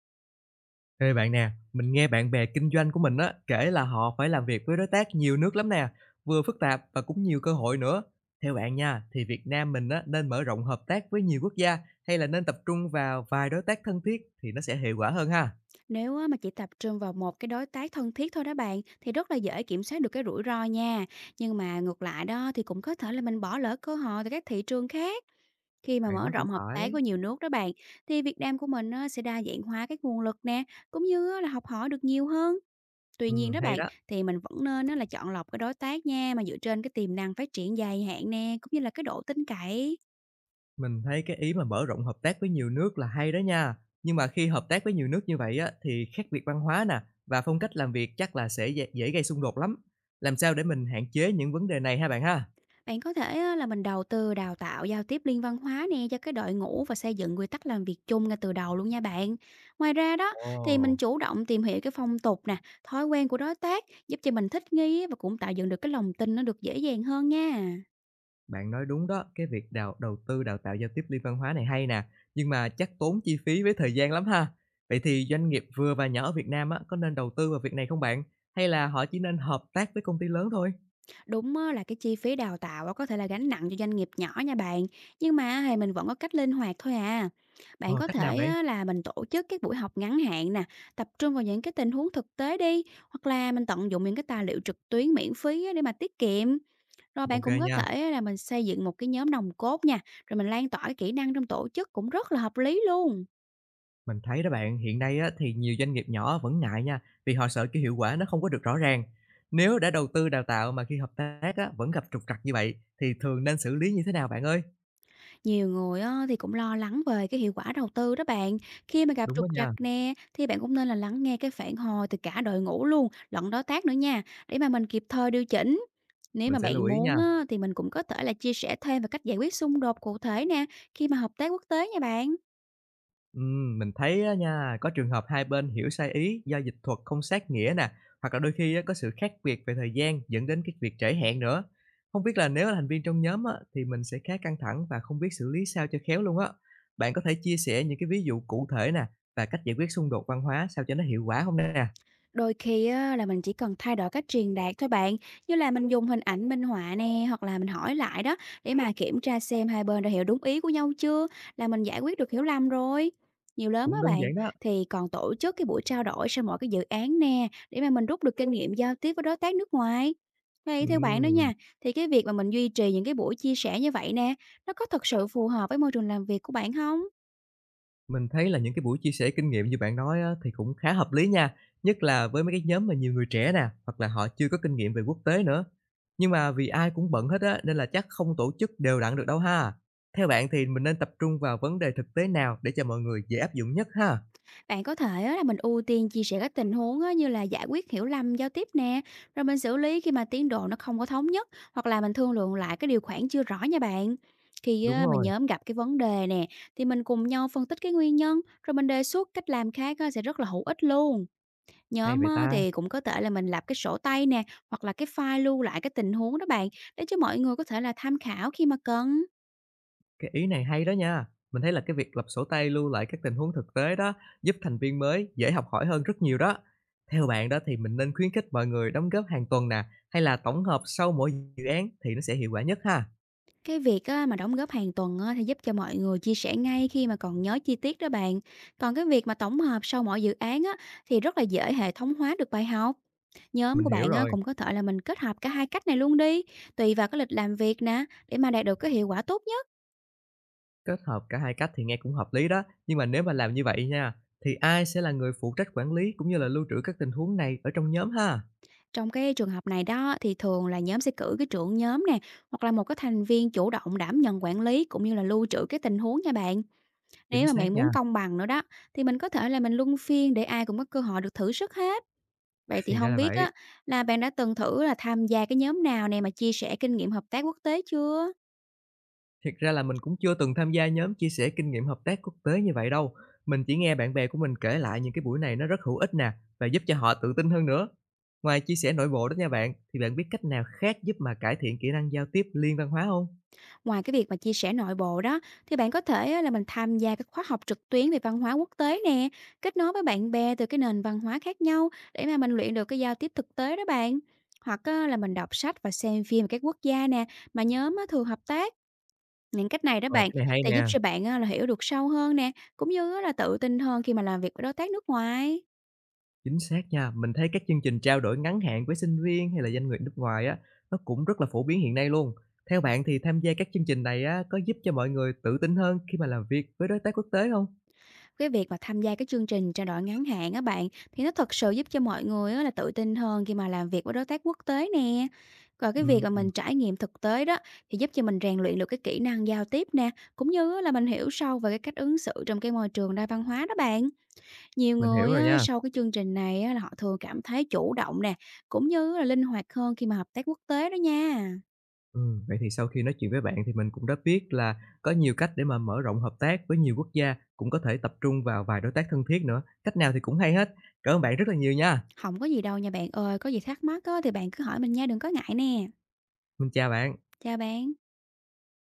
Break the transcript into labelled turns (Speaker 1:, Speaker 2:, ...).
Speaker 1: Ê bạn nè, mình nghe bạn bè kinh doanh của mình á kể là họ phải làm việc với đối tác nhiều nước lắm nè, vừa phức tạp và cũng nhiều cơ hội nữa. Theo bạn nha, thì Việt Nam mình á nên mở rộng hợp tác với nhiều quốc gia hay là nên tập trung vào vài đối tác thân thiết thì nó sẽ hiệu quả hơn ha?
Speaker 2: Nếu á, mà chỉ tập trung vào một cái đối tác thân thiết thôi đó bạn, thì rất là dễ kiểm soát được cái rủi ro nha. Nhưng mà ngược lại đó, thì cũng có thể là mình bỏ lỡ cơ hội từ các thị trường khác. Khi mà
Speaker 1: Bạn
Speaker 2: mở
Speaker 1: nói cũng
Speaker 2: rộng hợp
Speaker 1: phải.
Speaker 2: tác với nhiều nước đó bạn, thì Việt Nam của mình á, sẽ đa dạng hóa các nguồn lực nè, cũng như á, là học hỏi được nhiều hơn. Tuy nhiên
Speaker 1: Ừ,
Speaker 2: đó
Speaker 1: hay
Speaker 2: bạn,
Speaker 1: đó.
Speaker 2: thì mình vẫn nên á, là chọn lọc cái đối tác nha, mà dựa trên cái tiềm năng phát triển dài hạn nè, cũng như là cái độ tin cậy.
Speaker 1: Mình thấy cái ý mà mở rộng hợp tác với nhiều nước là hay đó nha. Nhưng mà khi hợp tác với nhiều nước như vậy á thì khác biệt văn hóa nè và phong cách làm việc chắc là sẽ dễ gây xung đột lắm. Làm sao để mình hạn chế những vấn đề này ha bạn ha?
Speaker 2: Bạn có thể á, là mình đầu tư đào tạo giao tiếp liên văn hóa nè cho cái đội ngũ và xây dựng quy tắc làm việc chung ngay từ đầu luôn nha bạn. Ngoài ra đó, thì
Speaker 1: Ồ.
Speaker 2: mình chủ động tìm hiểu cái phong tục nè, thói quen của đối tác, giúp cho mình thích nghi á, và cũng tạo dựng được cái lòng tin nó được dễ dàng hơn nha.
Speaker 1: Bạn nói đúng đó, cái việc đào đầu tư đào tạo giao tiếp liên văn hóa này hay nè, nhưng mà chắc tốn chi phí với thời gian lắm ha. Vậy thì doanh nghiệp vừa và nhỏ ở Việt Nam á, có nên đầu tư vào việc này không bạn? Hay là họ chỉ nên hợp tác với công ty lớn thôi?
Speaker 2: Đúng á, là cái chi phí đào tạo á, có thể là gánh nặng cho doanh nghiệp nhỏ nha bạn, nhưng mà thì mình vẫn có cách linh hoạt thôi à. Bạn
Speaker 1: Ờ,
Speaker 2: có
Speaker 1: cách nào
Speaker 2: thể
Speaker 1: vậy?
Speaker 2: á, là mình tổ chức các buổi học ngắn hạn nè, tập trung vào những cái tình huống thực tế đi, hoặc là mình tận dụng những cái tài liệu trực tuyến miễn phí á, để mà tiết kiệm. Rồi bạn
Speaker 1: Ok
Speaker 2: cũng có
Speaker 1: nha.
Speaker 2: thể á, là mình xây dựng một cái nhóm nòng cốt nha, rồi mình lan tỏa cái kỹ năng trong tổ chức cũng rất là hợp lý luôn.
Speaker 1: Mình thấy đó bạn, hiện nay á, thì nhiều doanh nghiệp nhỏ vẫn ngại nha, vì họ sợ cái hiệu quả nó không có được rõ ràng. Nếu đã đầu tư đào tạo mà khi hợp tác á, vẫn gặp trục trặc như vậy, thì thường nên xử lý như thế nào bạn ơi?
Speaker 2: Nhiều người á, thì cũng lo lắng về cái hiệu quả đầu tư đó bạn. Khi mà gặp
Speaker 1: Đúng
Speaker 2: trục
Speaker 1: đó
Speaker 2: trặc
Speaker 1: nha,
Speaker 2: nè, thì bạn cũng nên là lắng nghe cái phản hồi từ cả đội ngũ luôn, lẫn đối tác nữa nha, để mà mình kịp thời điều chỉnh. Nếu
Speaker 1: mình
Speaker 2: mà
Speaker 1: sẽ lưu
Speaker 2: bạn
Speaker 1: ý nha.
Speaker 2: muốn á, thì mình cũng có thể là chia sẻ thêm về cách giải quyết xung đột cụ thể nè, khi mà hợp tác quốc tế nha bạn.
Speaker 1: Mình thấy á nha, có trường hợp hai bên hiểu sai ý do dịch thuật không sát nghĩa nè, hoặc là đôi khi á, có sự khác biệt về thời gian dẫn đến cái việc trễ hẹn nữa. Không biết là nếu là thành viên trong nhóm á, thì mình sẽ khá căng thẳng và không biết xử lý sao cho khéo luôn á. Bạn có thể chia sẻ những cái ví dụ cụ thể nè và cách giải quyết xung đột văn hóa sao cho nó hiệu quả không nè?
Speaker 2: Đôi khi á, là mình chỉ cần thay đổi cách truyền đạt thôi bạn, như là mình dùng hình ảnh minh họa nè, hoặc là mình hỏi lại đó, để mà kiểm tra xem hai bên đã hiểu đúng ý của nhau chưa, là mình giải quyết được hiểu lầm rồi. Nhiều lớn á
Speaker 1: Cũng đơn
Speaker 2: bạn,
Speaker 1: giản đó.
Speaker 2: thì còn tổ chức cái buổi trao đổi sau mỗi cái dự án nè, để mà mình rút được kinh nghiệm giao tiếp với đối tác nước ngoài. Vậy theo bạn đó
Speaker 1: Ừm.
Speaker 2: nha, thì cái việc mà mình duy trì những cái buổi chia sẻ như vậy nè, nó có thật sự phù hợp với môi trường làm việc của bạn không?
Speaker 1: Mình thấy là những cái buổi chia sẻ kinh nghiệm như bạn nói á, thì cũng khá hợp lý nha, nhất là với mấy cái nhóm mà nhiều người trẻ nè, hoặc là họ chưa có kinh nghiệm về quốc tế nữa. Nhưng mà vì ai cũng bận hết á, nên là chắc không tổ chức đều đặn được đâu ha. Theo bạn thì mình nên tập trung vào vấn đề thực tế nào để cho mọi người dễ áp dụng nhất ha?
Speaker 2: Bạn có thể á, là mình ưu tiên chia sẻ các tình huống á, như là giải quyết hiểu lầm giao tiếp nè, rồi mình xử lý khi mà tiến độ nó không có thống nhất, hoặc là mình thương lượng lại cái điều khoản chưa rõ nha bạn. Khi
Speaker 1: Đúng
Speaker 2: á, mà
Speaker 1: rồi,
Speaker 2: nhóm gặp cái vấn đề nè, thì mình cùng nhau phân tích cái nguyên nhân, rồi mình đề xuất cách làm khác á, sẽ rất là hữu ích luôn.
Speaker 1: hay
Speaker 2: Nhóm
Speaker 1: vậy
Speaker 2: á,
Speaker 1: ta.
Speaker 2: thì cũng có thể là mình lập cái sổ tay nè, hoặc là cái file lưu lại cái tình huống đó bạn, để cho mọi người có thể là tham khảo khi mà cần.
Speaker 1: Cái ý này hay đó nha. Mình thấy là cái việc lập sổ tay lưu lại các tình huống thực tế đó giúp thành viên mới dễ học hỏi hơn rất nhiều đó. Theo bạn đó thì mình nên khuyến khích mọi người đóng góp hàng tuần nè, hay là tổng hợp sau mỗi dự án thì nó sẽ hiệu quả nhất ha?
Speaker 2: Cái việc á, mà đóng góp hàng tuần á, thì giúp cho mọi người chia sẻ ngay khi mà còn nhớ chi tiết đó bạn. Còn cái việc mà tổng hợp sau mỗi dự án á, thì rất là dễ hệ thống hóa được bài học. Nhóm
Speaker 1: Mình
Speaker 2: của
Speaker 1: hiểu
Speaker 2: bạn á,
Speaker 1: rồi,
Speaker 2: cũng có thể là mình kết hợp cả hai cách này luôn đi, tùy vào cái lịch làm việc nè, để mà đạt được cái hiệu quả tốt nhất.
Speaker 1: kết hợp cả hai cách thì nghe cũng hợp lý đó. Nhưng mà nếu mà làm như vậy nha, thì ai sẽ là người phụ trách quản lý cũng như là lưu trữ các tình huống này ở trong nhóm ha?
Speaker 2: Trong cái trường hợp này đó, thì thường là nhóm sẽ cử cái trưởng nhóm nè, hoặc là một cái thành viên chủ động đảm nhận quản lý cũng như là lưu trữ cái tình huống nha bạn.
Speaker 1: Chính
Speaker 2: Nếu mà
Speaker 1: xác
Speaker 2: bạn
Speaker 1: nha,
Speaker 2: muốn công bằng nữa đó, thì mình có thể là mình luân phiên để ai cũng có cơ hội được thử sức hết. Vậy thì
Speaker 1: thì ra
Speaker 2: không
Speaker 1: là
Speaker 2: biết á,
Speaker 1: vậy.
Speaker 2: là bạn đã từng thử là tham gia cái nhóm nào này mà chia sẻ kinh nghiệm hợp tác quốc tế chưa?
Speaker 1: Thiệt ra là mình cũng chưa từng tham gia nhóm chia sẻ kinh nghiệm hợp tác quốc tế như vậy đâu. Mình chỉ nghe bạn bè của mình kể lại những cái buổi này nó rất hữu ích nè và giúp cho họ tự tin hơn nữa. Ngoài chia sẻ nội bộ đó nha bạn, thì bạn biết cách nào khác giúp mà cải thiện kỹ năng giao tiếp liên văn hóa không?
Speaker 2: Ngoài cái việc mà chia sẻ nội bộ đó, thì bạn có thể á, là mình tham gia các khóa học trực tuyến về văn hóa quốc tế nè, kết nối với bạn bè từ cái nền văn hóa khác nhau để mà mình luyện được cái giao tiếp thực tế đó bạn. Hoặc á, là mình đọc sách và xem phim về các quốc gia nè, mà nhóm á thường hợp tác. Những cách này đó
Speaker 1: Ờ,
Speaker 2: bạn,
Speaker 1: cái này hay
Speaker 2: sẽ giúp
Speaker 1: nè.
Speaker 2: cho bạn á, là hiểu được sâu hơn nè, cũng như á, là tự tin hơn khi mà làm việc với đối tác nước ngoài.
Speaker 1: Chính xác nha. Mình thấy các chương trình trao đổi ngắn hạn với sinh viên hay là doanh nghiệp nước ngoài á, nó cũng rất là phổ biến hiện nay luôn. Theo bạn thì tham gia các chương trình này á, có giúp cho mọi người tự tin hơn khi mà làm việc với đối tác quốc tế không?
Speaker 2: Cái việc mà tham gia cái chương trình trao đổi ngắn hạn á bạn, thì nó thật sự giúp cho mọi người á, là tự tin hơn khi mà làm việc với đối tác quốc tế nè. Còn cái việc mà
Speaker 1: Ừm,
Speaker 2: mình trải nghiệm thực tế đó, thì giúp cho mình rèn luyện được cái kỹ năng giao tiếp nè, cũng như á, là mình hiểu sâu về cái cách ứng xử trong cái môi trường đa văn hóa đó bạn. Nhiều
Speaker 1: mình hiểu
Speaker 2: người
Speaker 1: rồi
Speaker 2: á,
Speaker 1: nha.
Speaker 2: sau cái chương trình này á, là họ thường cảm thấy chủ động nè, cũng như là linh hoạt hơn khi mà hợp tác quốc tế đó nha.
Speaker 1: Vậy thì sau khi nói chuyện với bạn thì mình cũng đã biết là có nhiều cách để mà mở rộng hợp tác với nhiều quốc gia, cũng có thể tập trung vào vài đối tác thân thiết nữa. Cách nào thì cũng hay hết. Cảm ơn bạn rất là nhiều nha.
Speaker 2: Không có gì đâu nha bạn ơi, có gì thắc mắc á thì bạn cứ hỏi mình nha, đừng có ngại nè.
Speaker 1: Mình chào bạn.
Speaker 2: Chào bạn.